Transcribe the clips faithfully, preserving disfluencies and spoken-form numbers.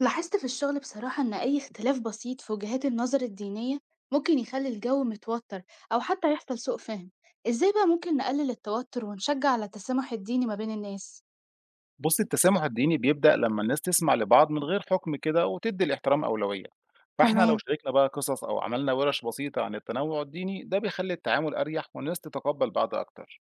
لاحظت في الشغل بصراحة إن أي اختلاف بسيط في وجهات النظر الدينية ممكن يخلي الجو متوتر أو حتى يحصل سوء فهم، إزاي بقى ممكن نقلل التوتر ونشجع على التسامح الديني ما بين الناس؟ بص، التسامح الديني بيبدأ لما الناس تسمع لبعض من غير حكم كده وتدي الاحترام أولوية. فاحنا لو تمام، شاركنا بقى قصص أو عملنا ورش بسيطة عن التنوع الديني ده بيخلي التعامل أريح والناس تتقبل بعض أكتر.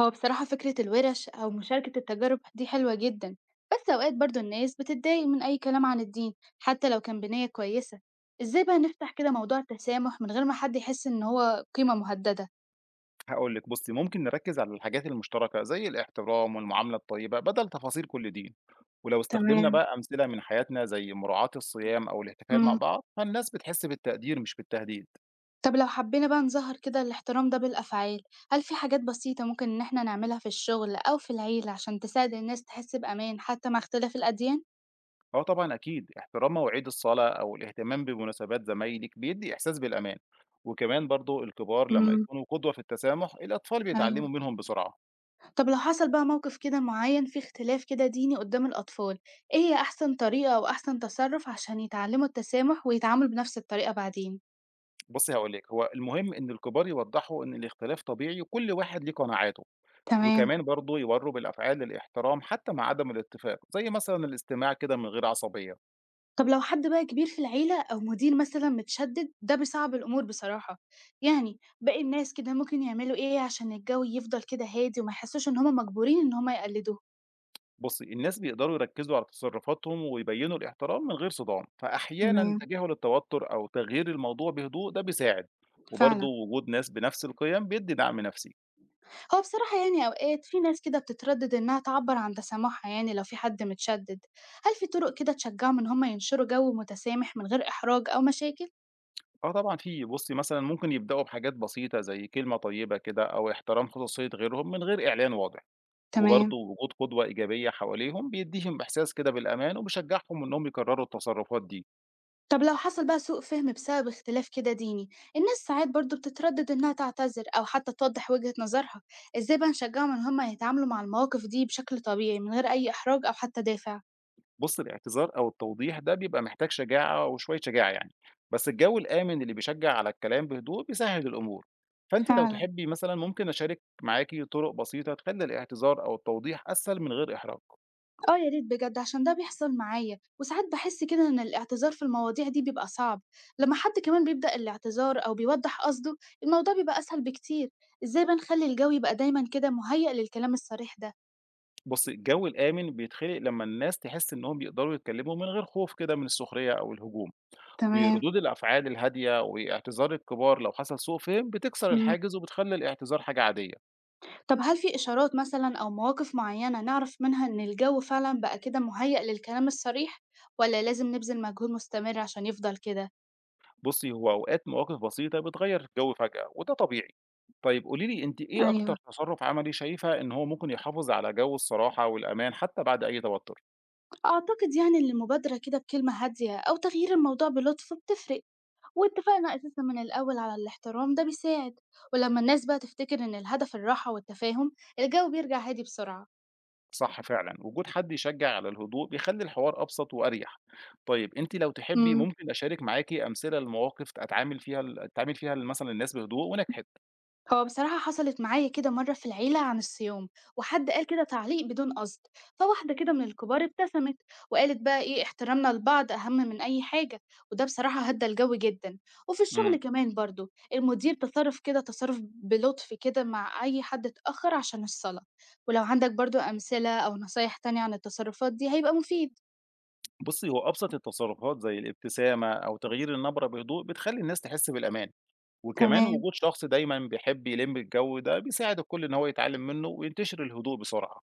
هو بصراحة فكرة الورش أو مشاركة التجارب دي حلوة جدا، بس أوقات برضو الناس بتتضايق من أي كلام عن الدين حتى لو كان بنية كويسة، إزاي بقى نفتح كده موضوع التسامح من غير ما حد يحس إن هو قيمة مهددة؟ هقول لك بصي، ممكن نركز على الحاجات المشتركة زي الاحترام والمعاملة الطيبة بدل تفاصيل كل دين. ولو استخدمنا تمام. بقى أمثلة من حياتنا زي مراعاة الصيام أو الاحتفال مع مم. بعض، فالناس بتحس بالتقدير مش بالتهديد. طب لو حبينا بقى نظهر كده الاحترام ده بالأفعال، هل في حاجات بسيطة ممكن إن إحنا نعملها في الشغل أو في العيلة عشان تساعد الناس تحس بأمان حتى مع اختلاف الأديان؟ آه طبعًا أكيد، احترام مواعيد الصلاة أو الاهتمام بمناسبات زمايلِك بيدّي إحساس بالأمان، وكمان برضه الكبار لمّا امم يكونوا قدوة في التسامح، الأطفال ايوه. بيتعلموا منهم بسرعة. طب لو حصل بقى موقف كده معين فيه اختلاف كده ديني قدام الأطفال، إيه هي أحسن طريقة أو أحسن تصرف عشان يتعلموا التسامح ويتعاملوا بنفس الطريقة بعدين؟ بُصّي هاقول لِك، هو المهم إن الكبار يوضّحوا إن الاختلاف طبيعي وكل واحد ليه قناعاته، تمام. وكمان برضه يورّوا بالأفعال الاحترام حتى مع عدم الاتفاق، زي مثلًا الاستماع كده من غير عصبية. طب لو حد بقى كبير في العيلة أو مدير مثلا متشدد، ده بيصعب الأمور بصراحة، يعني باقي الناس كده ممكن يعملوا إيه عشان الجو يفضل كده هادي وما يحسوش إن هما مجبورين إن هما يقلدوه. بُصّي، الناس بيقدروا يركّزوا على تصرفاتهم ويبيّنوا الاحترام من غير صدام، فأحيانًا تمام. تجاهل التوتر أو تغيير الموضوع بهدوء ده بيساعد، وبرضه فعلا. وجود ناس بنفس القيم بيدّي دعم نفسي. هو بصراحة يعني أوقات في ناس كده بتتردد إنها تعبر عن تسامحها، يعني لو في حد متشدد هل في طرق كده تشجعهم إن هما ينشروا جو متسامح من غير إحراج أو مشاكل؟ آه طبعًا في، بُصّي مثلًا ممكن يبدأوا بحاجات بسيطة زي كلمة طيبة كده أو احترام خصوصية غيرهم من غير إعلان واضح، تمام. وبرضه وجود قدوة إيجابية حواليهم بيدّيهم إحساس كده بالأمان وبيشجعهم إنهم يكرروا التصرفات دي. طب لو حصل بقى سوء فهم بسبب اختلاف كده ديني، الناس ساعات برضو بتتردد إنها تعتذر أو حتى توضح وجهة نظرها، إزاي بقى نشجعهم إن هما يتعاملوا مع المواقف دي بشكل طبيعي من غير أي إحراج أو حتى دافع. بُص، الاعتذار أو التوضيح ده بيبقى محتاج شجاعة وشوية شجاعة يعني، بس الجو الآمن اللي بيشجع على الكلام بهدوء بيسهّل الأمور، فأنتِ لو فعلا. تحبي مثلًا ممكن أشارك معاكِ طرق بسيطة تخلّي الاعتذار أو التوضيح أسهل من غير إحراج. آه يا ريت بجد، عشان ده بيحصل معايا وساعات بحس كده إن الاعتذار في المواضيع دي بيبقى صعب. لما حد كمان بيبدأ الاعتذار أو بيوضح قصده، الموضوع بيبقى أسهل بكتير. إزاي بقى نخلي الجو يبقى دايما كده مهيأ للكلام الصريح ده؟ بُصي، الجو الآمن بيتخلق لمّا الناس تحس إنهم يقدروا يتكلموا من غير خوف كده من السخرية أو الهجوم، تمام. وردود الأفعال الهادية واعتذار الكبار لو حصل سوء فهم بتكسر مم. الحاجز وبتخلّي الاعتذار حاجة عادية. طب هل في إشارات مثلًا أو مواقف معيّنة نعرف منها إن الجو فعلًا بقى كده مُهيأ للكلام الصريح، والّا لازم نبذل مجهود مستمر عشان يفضل كده؟ بُصّي، هو أوقات مواقف بسيطة بتغيّر الجو فجأة وده طبيعي. طيب قولي لي أنتِ، إيه أكتر أيوه. تصرُّف عملي شايفة إن هو ممكن يحافظ على جو الصراحة والأمان حتى بعد أي توتُّر؟ أعتقد يعني إن المبادرة كده بكلمة هادية أو تغيير الموضوع بلطف بتفرق، واتفاقنا أساسًا من الأول على الاحترام ده بيساعد، ولمّا الناس بقى تفتكر إن الهدف الراحة والتفاهم، الجو بيرجع هادي بسرعة. صح فعلًا، وجود حد يشجّع على الهدوء بيخلّي الحوار أبسط وأريح. طيب أنتِ لو تحبّي إمم. ممكن أشارك معاكِ أمثلة لمواقف أتعامل فيها ال أتعامل فيها مثلًا الناس بهدوء ونجحت. هو بصراحة حصلت معايا كده مرة في العيلة عن الصيام، وحد قال كده تعليق بدون قصد، فواحدة كده من الكبار ابتسمت وقالت بقى ايه، احترامنا لبعض أهم من أي حاجة، وده بصراحة هدى الجو جدا. وفي الشغل إمم. كمان برضو المدير تصرف كده تصرف بلطف كده مع أي حد اتأخر عشان الصلاة. ولو عندك برضو أمثلة أو نصايح تانية عن التصرفات دي هيبقى مفيد. بُصّي، هو أبسط التصرُّفات زي الابتسامة أو تغيير النبرة بهدوء بتخلّي الناس تحس بالأمان. وكمان تمام. وجود شخص دايمًا بيحب يلِم الجو ده، بيساعد الكل إن هو يتعلم منه وينتشر الهدوء بسرعة.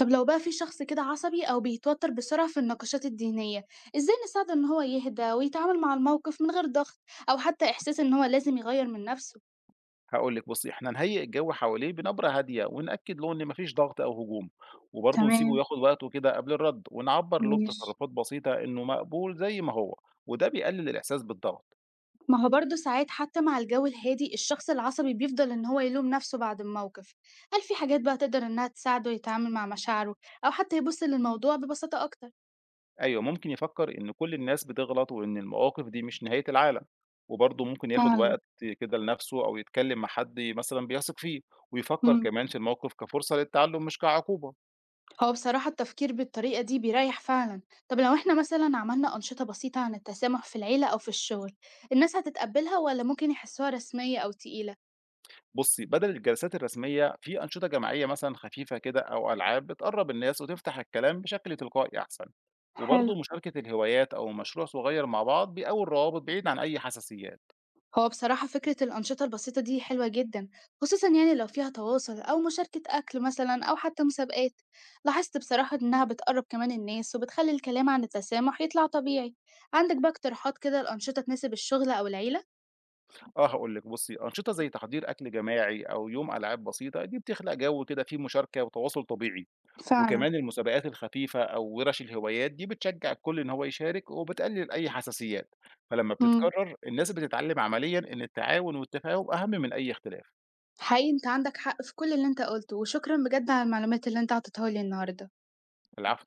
طب لو بقى في شخص كده عصبي أو بيتوتر بسرعة في النقاشات الدينية، إزاي نساعده إن هو يهدى ويتعامل مع الموقف من غير ضغط أو حتى إحساس إن هو لازم يغير من نفسه؟ هاقول لِك بُصّي، إحنا نهيئ الجو حواليه بنبرة هادية ونأكد له إن ما فيش ضغط أو هجوم، وبرضه نسيبه تمام. ياخد وقته كده قبل الرد، ونعبّر له ماشي. بتصرفات بسيطة إنه مقبول زي ما هو، وده بيقلل الإحساس بالضغط. ما هو برضه ساعات حتى مع الجو الهادي الشخص العصبي بيفضل إن هو يلوم نفسه بعد الموقف، هل في حاجات بقى تقدر إنها تساعده يتعامل مع مشاعره أو حتى يبص للموضوع ببساطة أكتر؟ أيوه، ممكن يفكّر إن كل الناس بتغلط وإن المواقف دي مش نهاية العالم، وبرضه ممكن ياخد فعلا. وقت كده لنفسه أو يتكلم مع حد مثلًا بيثق فيه، ويفكّر كمان في الموقف كفرصة للتعلم مش كعقوبة. هو بصراحة التفكير بالطريقة دي بيريح فعلا. طب لو احنا مثلا عملنا أنشطة بسيطة عن التسامح في العيلة أو في الشغل، الناس هتتقبلها ولا ممكن يحسوها رسمية أو تقيلة؟ بُصّي، بدل الجلسات الرسمية، في أنشطة جماعية مثلًا خفيفة كده أو ألعاب بتقرّب الناس وتفتح الكلام بشكل تلقائي أحسن، وبرضه حلو. أكيد. مشاركة الهوايات أو مشروع صغير مع بعض بيقوي الروابط بعيد عن أي حساسيات. هو بصراحة فكرة الأنشطة البسيطة دي حلوة جدا، خصوصا يعني لو فيها تواصل أو مشاركة أكل مثلا أو حتى مسابقات. لاحظت بصراحة إنها بتقرب كمان الناس وبتخلي الكلام عن التسامح يطلع طبيعي. عندك بقى اقتراحات كده الأنشطة تناسب الشغل أو العيلة؟ آه هاقول لِك بُصّي، أنشطة زي تحضير أكل جماعي أو يوم ألعاب بسيطة، دي بتخلق جو كده فيه مشاركة وتواصل طبيعي، فعلا. وكمان المسابقات الخفيفة أو ورش الهوايات دي بتشجّع الكل إن هو يشارك وبتقلل أي حساسيات، فلمّا مم. بتتكرر الناس بتتعلم عمليًا إن التعاون والتفاهم أهم من أي اختلاف. حقيقي أنت عندك حق في كل اللي أنت قُلته، وشكرًا بجد على المعلومات اللي أنت أعطيتها لي النهارده. العفو.